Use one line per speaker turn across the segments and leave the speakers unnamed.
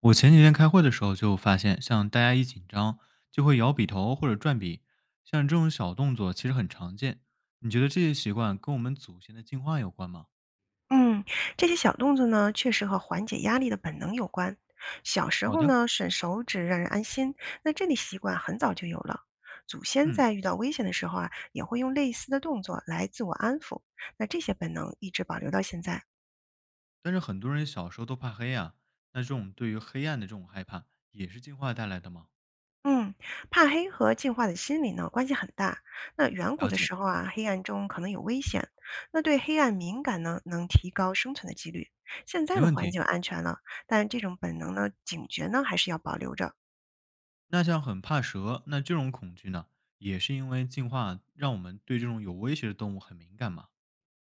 我前几天开会的时候就发现，像大家一紧张就会摇笔头或者转笔，像这种小动作其实很常见。你觉得这些习惯跟我们祖先的进化有关吗？
嗯，这些小动作呢，确实和缓解压力的本能有关。小时
好
候
的。
呢，吮手指让人安心，那这类习惯很早就有了。祖先
嗯。
在遇到危险的时候啊，也会用类似的动作来自我安抚。那这些本能一直保留到现在。
但是很多人小时候都怕黑啊，那这种对于黑暗的这种害怕也是进化带来的吗？
嗯，怕黑和进化的心理呢，关系很大。那远古
了
的
解。
时候啊，黑暗中可能有危
嗯。
险，那对黑暗敏感呢，能提高生存的几率。现在
没
的
问
环
题。
境安全了，但这种本能呢，警觉呢，还是要保留着。
那像很怕蛇，那这种恐惧呢，也是因为进化让我们对这种有威胁的动物很敏感嘛？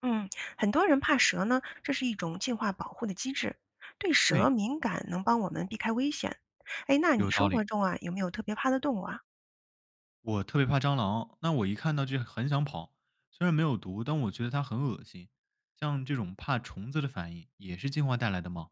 嗯，很多人怕蛇呢，这是一种进化保护的机制。对蛇
对，
敏感能帮我们避开危险。哎，那你
有道
生活
理。
中啊，有没有特别怕的动物啊？
我特别怕蟑螂，那我一看到就很想跑，虽然没有毒，但我觉得它很恶心。像这种怕虫子的反应，也是进化带来的吗？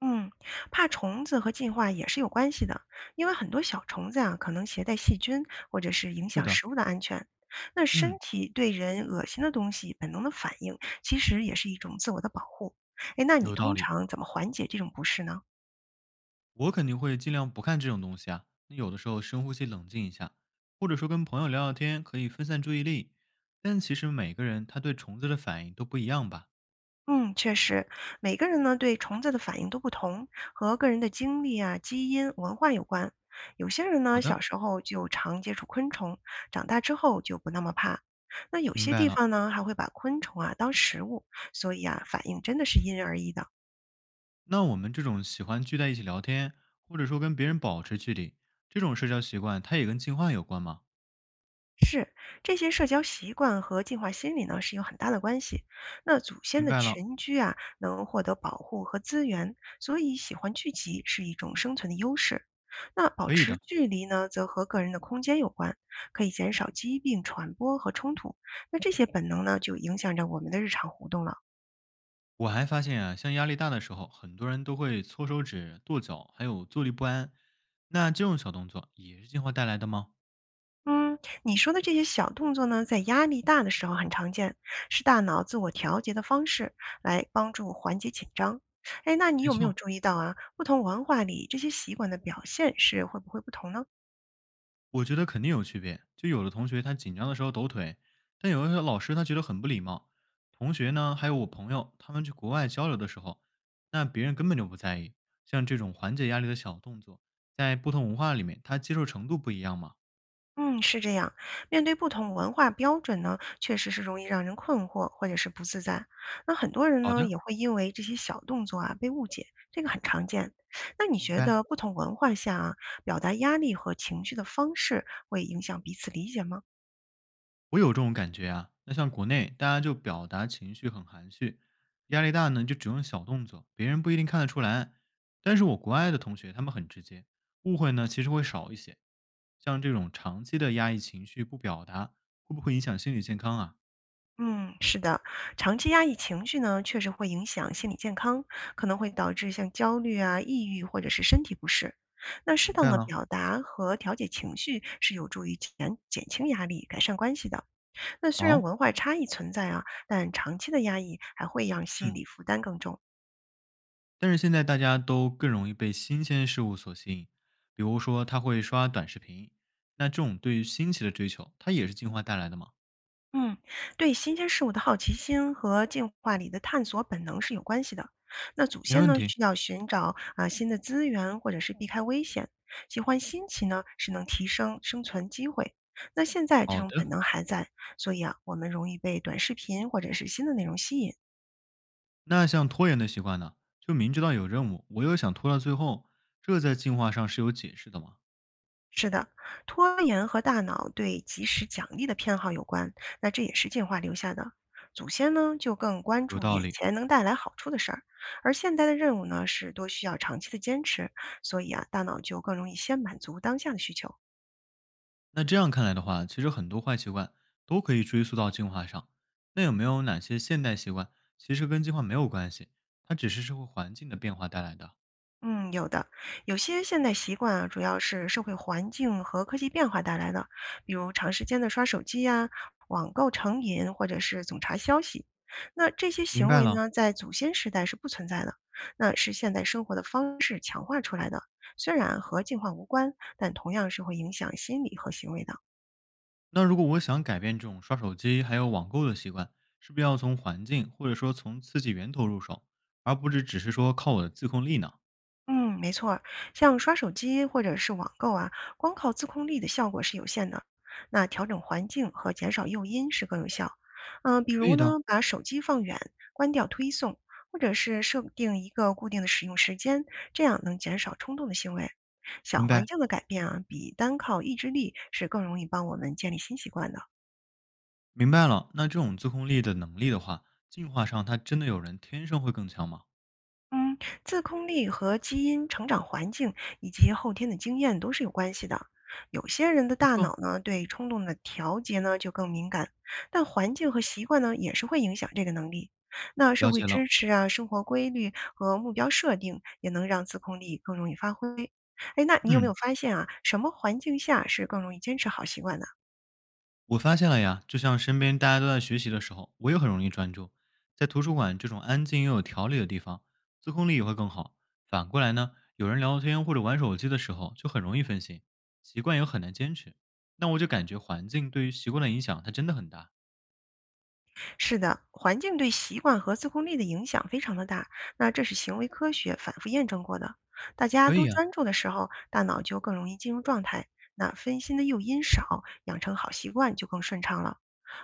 嗯，怕虫子和进化也是有关系的，因为很多小虫子啊，可能携带细菌或者是影
是
响
的。
食物的安全。那身
嗯，
体对人恶心的东西本能的反应，其实也是一种自我的保护。哎，那你
有道
通
理。
常怎么缓解这种不适呢？
我肯定会尽量不看这种东西啊。那有的时候深呼吸，冷静一下，或者说跟朋友聊聊天，可以分散注意力。但其实每个人他对虫子的反应都不一样吧？
嗯，确实，每个人呢对虫子的反应都不同，和个人的经历啊、基因、文化有关。有些人呢
好的，
小时候就常接触昆虫，长大之后就不那么怕。那有
明
些
白
地
了。
方呢还会把昆虫啊当食物，所以啊反应真的是因人而异的。
那我们这种喜欢聚在一起聊天，或者说跟别人保持距离，这种社交习惯，它也跟进化有关吗？
是，这些社交习惯和进化心理呢是有很大的关系。那祖先
明
的
白了，
群居啊，能获得保护和资源，所以喜欢聚集是一种生存的优势。那保
可以
持
的。
距离呢，则和个人的空间有关，可以减少疾病传播和冲突。那这些本能呢，就影响着我们的日常活动了。
我还发现啊，像压力大的时候，很多人都会搓手指、跺脚，还有坐立不安。那这种小动作也是进化带来的吗？
嗯，你说的这些小动作呢，在压力大的时候很常见，是大脑自我调节的方式，来帮助缓解紧张。哎，那你
没
有没有
错，
注意到啊？不同文化里这些习惯的表现是会不会不同呢？
我觉得肯定有区别。就有的同学他紧张的时候抖腿，但有的老师他觉得很不礼貌。同学呢，还有我朋友，他们去国外交流的时候，那别人根本就不在意。像这种缓解压力的小动作，在不同文化里面，他接受程度不一样嘛。
嗯，是这样。面对不同文化标准呢，确实是容易让人困惑或者是不自在。那很多人
好
呢，
的，
也会因为这些小动作啊被误解，这个很常见。那你
明
觉
白。
得不同文化下啊，表达压力和情绪的方式会影响彼此理解吗？
我有这种感觉啊。那像国内，大家就表达情绪很含蓄，压力大呢就只用小动作，别人不一定看得出来。但是我国外的同学他们很直接，误会呢其实会少一些。像这种长期的压抑情绪不表达，会不会影响心理健康啊？
嗯，是的，长期压抑情绪呢，确实会影响心理健康，可能会导致像焦虑啊、抑郁或者是身体不适。那适
明
当
白
的
了。
表达和调节情绪是有助于减轻压力、改善关系的。那虽然
好。
文化差异存在啊，但长期的压抑还会让心
嗯。
理负担更重。
但是现在大家都更容易被新鲜事物所吸引，比如说他会刷短视频，那这种对于新奇的追求，它也是进化带来的嘛？
嗯，对新鲜事物的好奇心和进化里的探索本能是有关系的。那祖
没
先
问
呢，
题。
需要寻找啊新的资源，或者是避开危险。喜欢新奇呢，是能提升生存机会。那现在这
好
种本
的。
能还在，所以啊，我们容易被短视频或者是新的内容吸引。
那像拖延的习惯呢，就明知道有任务，我又想拖到最后，这在进化上是有解释的吗？
是的，拖延和大脑对及时奖励的偏好有关，那这也是进化留下的。祖先呢，就更关
有
注
道
眼
理。
前能带来好处的事儿，而现代的任务呢，是多需要长期的坚持，所以啊，大脑就更容易先满足当下的需求。
那这样看来的话，其实很多坏习惯都可以追溯到进化上。那有没有哪些现代习惯其实跟进化没有关系，它只是社会环境的变化带来的？
嗯，有的，有些现代习惯啊，主要是社会环境和科技变化带来的，比如长时间的刷手机呀、网购成瘾，或者是总查消息。那这些
明
行
白
为
了。
呢，在祖先时代是不存在的，那是现代生活的方式强化出来的。虽然和进化无关，但同样是会影响心理和行为的。
那如果我想改变这种刷手机还有网购的习惯，是不是要从环境或者说从刺激源头入手，而不是只是说靠我的自控力呢？
嗯，没错儿像刷手机或者是网购啊，光靠自控力的效果是有限的。那调整环境和减少诱因是更有效。嗯、比
可以
如
的，
呢，把手机放远，关掉推送，或者是设定一个固定的使用时间，这样能减少冲动的行为。小
明
环
白。
境的改变啊，比单靠意志力是更容易帮我们建立新习惯的。
明白了，那这种自控力的能力的话，进化上它真的有人天生会更强吗？
嗯，自控力和基因、成长环境以及后天的经验都是有关系的。有些人的
没
大
错，
脑呢，对冲动的调节呢就更敏感，但环境和习惯呢也是会影响这个能力。那社
了
会
解
支
了。
持啊、生活规律和目标设定也能让自控力更容易发挥。哎，那你有没
嗯，
有发现啊，什么环境下是更容易坚持好习惯的？
我发现了呀，就像身边大家都在学习的时候，我也很容易专注。在图书馆这种安静又有条理的地方，自控力也会更好。反过来呢，有人聊天或者玩手机的时候，就很容易分心，习惯也很难坚持。那我就感觉环境对于习惯的影响，它真的很大。
是的，环境对习惯和自控力的影响非常的大，那这是行为科学反复验证过的。大家
可
都
以啊，
专注的时候，大脑就更容易进入状态，那分心的诱因少，养成好习惯就更顺畅了。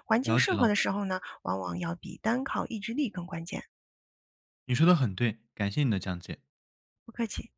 环境
了
适
解
合的
了，
时候呢，往往要比单靠意志力更关键。
你说的很对，感谢你的讲解。
不客气。